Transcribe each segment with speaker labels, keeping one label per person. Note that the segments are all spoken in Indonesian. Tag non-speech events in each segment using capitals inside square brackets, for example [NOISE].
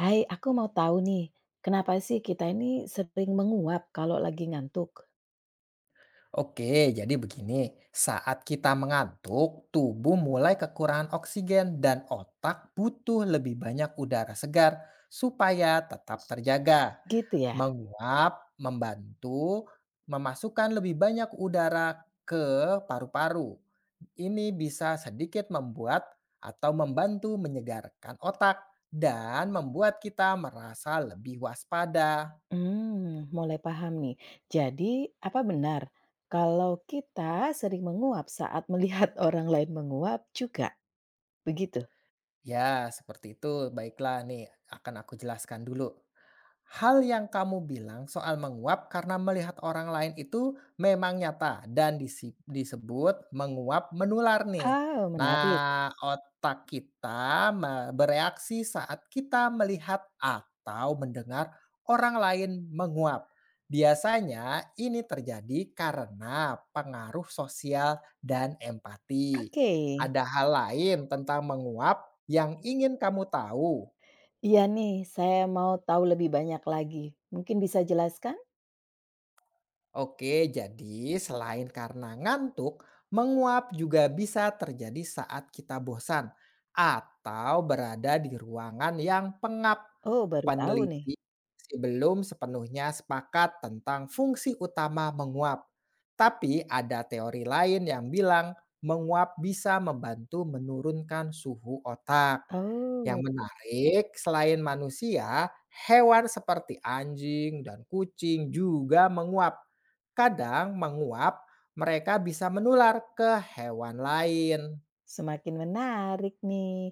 Speaker 1: Hai, aku mau tahu nih, kenapa sih kita ini sering menguap kalau lagi ngantuk?
Speaker 2: Oke, jadi begini, saat kita mengantuk, tubuh mulai kekurangan oksigen dan otak butuh lebih banyak udara segar supaya tetap terjaga.
Speaker 1: Gitu ya?
Speaker 2: Menguap membantu memasukkan lebih banyak udara ke paru-paru. Ini bisa sedikit membuat atau membantu menyegarkan otak dan membuat kita merasa lebih waspada.
Speaker 1: Mulai paham nih. Jadi, apa benar kalau kita sering menguap saat melihat [LAUGHS] orang lain menguap juga? Begitu?
Speaker 2: Ya, seperti itu. Baiklah nih, akan aku jelaskan dulu. Hal yang kamu bilang soal menguap karena melihat orang lain itu memang nyata dan disebut menguap menular nih.
Speaker 1: Oh, menarik.
Speaker 2: Nah, otak kita bereaksi saat kita melihat atau mendengar orang lain menguap. Biasanya ini terjadi karena pengaruh sosial dan empati.
Speaker 1: Oke.
Speaker 2: Ada hal lain tentang menguap yang ingin kamu tahu?
Speaker 1: Iya nih, saya mau tahu lebih banyak lagi. Mungkin bisa jelaskan?
Speaker 2: Oke, jadi selain karena ngantuk, menguap juga bisa terjadi saat kita bosan atau berada di ruangan yang pengap.
Speaker 1: Oh, baru tahu nih.
Speaker 2: Peneliti masih belum sepenuhnya sepakat tentang fungsi utama menguap. Tapi ada teori lain yang bilang menguap bisa membantu menurunkan suhu otak. Yang
Speaker 1: Oh.
Speaker 2: menarik, selain manusia, hewan seperti anjing dan kucing juga menguap. Kadang menguap, mereka bisa menular ke hewan lain.
Speaker 1: Semakin menarik nih.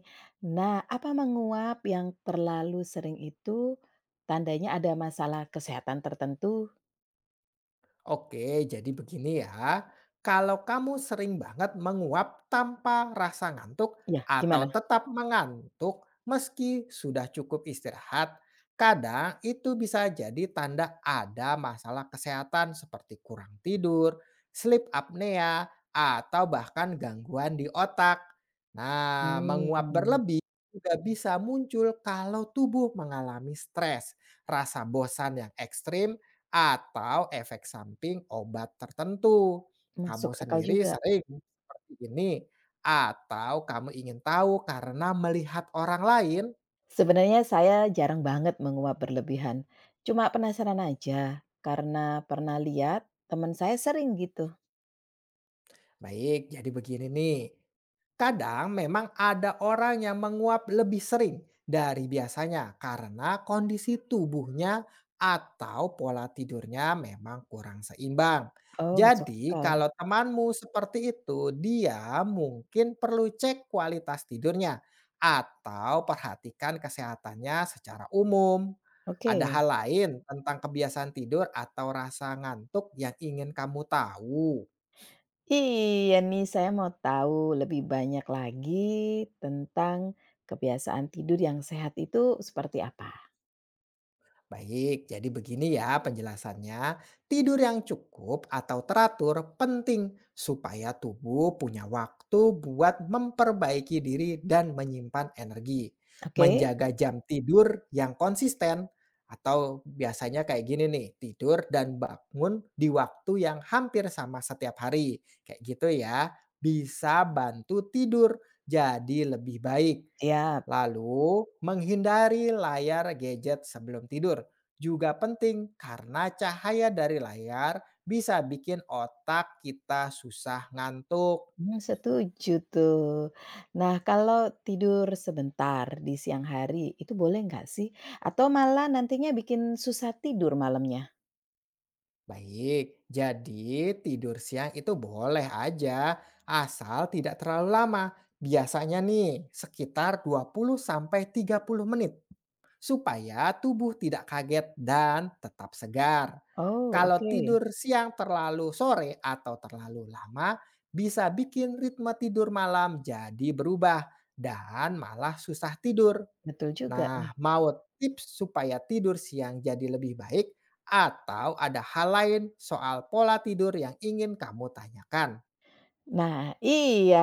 Speaker 1: Nah, apa menguap yang terlalu sering itu tandanya ada masalah kesehatan tertentu?
Speaker 2: Oke, jadi begini ya. Kalau kamu sering banget menguap tanpa rasa ngantuk
Speaker 1: Ya,
Speaker 2: atau
Speaker 1: gimana?
Speaker 2: tetap mengantuk meski sudah cukup istirahat, kadang itu bisa jadi tanda ada masalah kesehatan seperti kurang tidur, sleep apnea, atau bahkan gangguan di otak. Nah, menguap
Speaker 1: Mmm,
Speaker 2: berlebih juga bisa muncul kalau tubuh mengalami stres, rasa bosan yang ekstrim, atau efek samping obat tertentu. Kamu
Speaker 1: masuk akal
Speaker 2: sendiri
Speaker 1: juga.
Speaker 2: sering seperti ini, atau kamu ingin tahu karena melihat orang lain?
Speaker 1: Sebenarnya saya jarang banget menguap berlebihan. Cuma penasaran aja karena pernah lihat teman saya sering gitu.
Speaker 2: Baik, jadi begini nih. Kadang memang ada orang yang menguap lebih sering dari biasanya karena kondisi tubuhnya atau pola tidurnya memang kurang seimbang.
Speaker 1: Oh, masuk
Speaker 2: Jadi
Speaker 1: akal.
Speaker 2: kalau temanmu seperti itu, dia mungkin perlu cek kualitas tidurnya atau perhatikan kesehatannya secara umum. Ada
Speaker 1: Oke.
Speaker 2: hal lain tentang kebiasaan tidur atau rasa ngantuk yang ingin kamu tahu?
Speaker 1: Iya nih, saya mau tahu lebih banyak lagi tentang kebiasaan tidur yang sehat itu seperti apa.
Speaker 2: Baik, jadi begini ya penjelasannya. Tidur yang cukup atau teratur penting supaya tubuh punya waktu buat memperbaiki diri dan menyimpan energi.
Speaker 1: Oke,
Speaker 2: Menjaga jam tidur yang konsisten atau biasanya kayak gini nih, tidur dan bangun di waktu yang hampir sama setiap hari. Kayak gitu ya, bisa bantu tidur jadi lebih baik.
Speaker 1: siap.
Speaker 2: Lalu, menghindari layar gadget sebelum tidur juga penting karena cahaya dari layar bisa bikin otak kita susah ngantuk.
Speaker 1: Setuju tuh. Nah, kalau tidur sebentar di siang hari itu boleh nggak sih? Atau malah nantinya bikin susah tidur malamnya?
Speaker 2: Baik, jadi tidur siang itu boleh aja, asal tidak terlalu lama. Biasanya nih, sekitar 20 sampai 30 menit supaya tubuh tidak kaget dan tetap segar.
Speaker 1: Oh,
Speaker 2: Kalau
Speaker 1: oke.
Speaker 2: tidur siang terlalu sore atau terlalu lama, bisa bikin ritme tidur malam jadi berubah dan malah susah tidur.
Speaker 1: Betul juga
Speaker 2: Nah,
Speaker 1: nih.
Speaker 2: mau tips supaya tidur siang jadi lebih baik, atau ada hal lain soal pola tidur yang ingin kamu tanyakan?
Speaker 1: Nah, iya,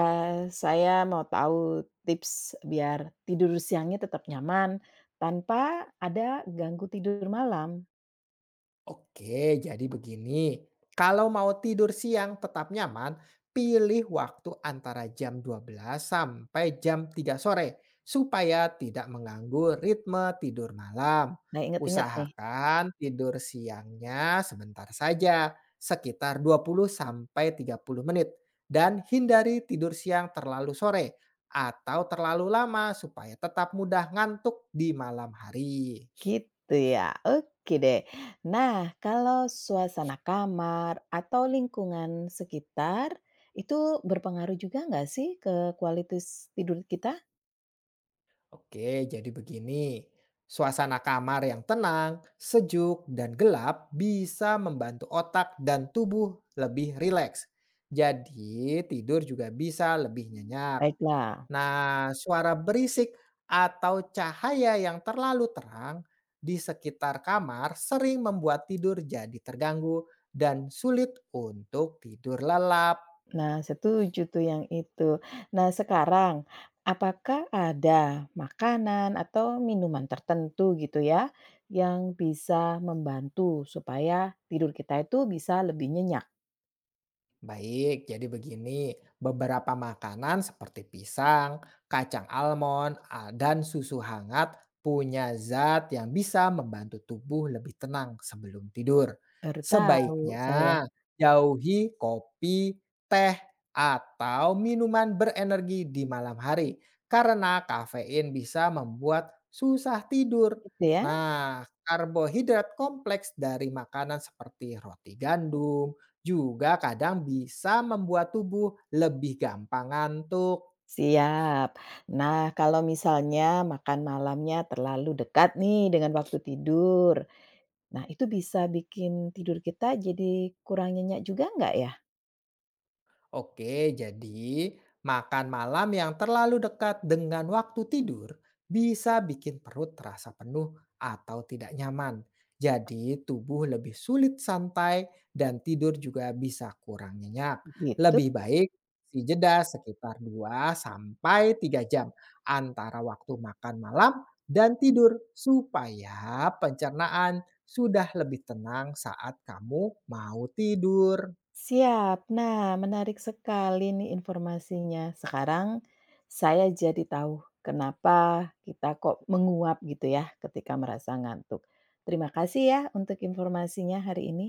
Speaker 1: saya mau tahu tips biar tidur siangnya tetap nyaman tanpa ada ganggu tidur malam.
Speaker 2: Oke, jadi begini. Kalau mau tidur siang tetap nyaman, pilih waktu antara jam 12 sampai jam 3 sore supaya tidak mengganggu ritme tidur malam.
Speaker 1: Nah, inget-inget nih.
Speaker 2: Usahakan tidur siangnya sebentar saja, sekitar 20 sampai 30 menit dan hindari tidur siang terlalu sore atau terlalu lama supaya tetap mudah ngantuk di malam hari.
Speaker 1: Gitu ya, oke deh. Nah, kalau suasana kamar atau lingkungan sekitar itu berpengaruh juga nggak sih ke kualitas tidur kita?
Speaker 2: Oke, jadi begini. Suasana kamar yang tenang, sejuk, dan gelap bisa membantu otak dan tubuh lebih rileks. Jadi, tidur juga bisa lebih nyenyak.
Speaker 1: Baiklah.
Speaker 2: Nah, suara berisik atau cahaya yang terlalu terang di sekitar kamar sering membuat tidur jadi terganggu dan sulit untuk tidur lelap.
Speaker 1: Nah, setuju tuh yang itu. Nah, sekarang apakah ada makanan atau minuman tertentu gitu ya yang bisa membantu supaya tidur kita itu bisa lebih nyenyak?
Speaker 2: Baik, jadi begini, beberapa makanan seperti pisang, kacang almond, dan susu hangat punya zat yang bisa membantu tubuh lebih tenang sebelum tidur.
Speaker 1: Baru tahu saya.
Speaker 2: Sebaiknya jauhi kopi, teh, atau minuman berenergi di malam hari karena kafein bisa membuat susah tidur.
Speaker 1: Gitu ya.
Speaker 2: Nah, karbohidrat kompleks dari makanan seperti roti gandum, juga kadang bisa membuat tubuh lebih gampang ngantuk.
Speaker 1: Siap. Nah, kalau misalnya makan malamnya terlalu dekat nih dengan waktu tidur, nah itu bisa bikin tidur kita jadi kurang nyenyak juga nggak ya?
Speaker 2: Oke, jadi makan malam yang terlalu dekat dengan waktu tidur bisa bikin perut terasa penuh atau tidak nyaman. Jadi tubuh lebih sulit santai dan tidur juga bisa kurang nyenyak.
Speaker 1: Gitu.
Speaker 2: Lebih baik jeda sekitar 2 sampai 3 jam antara waktu makan malam dan tidur supaya pencernaan sudah lebih tenang saat kamu mau tidur.
Speaker 1: Siap. Nah, menarik sekali nih informasinya. Sekarang saya jadi tahu kenapa kita kok menguap gitu ya ketika merasa ngantuk. Terima kasih ya untuk informasinya hari ini.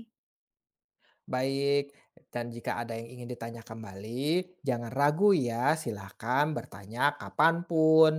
Speaker 2: Baik, dan jika ada yang ingin ditanya kembali, jangan ragu ya, silahkan bertanya kapanpun.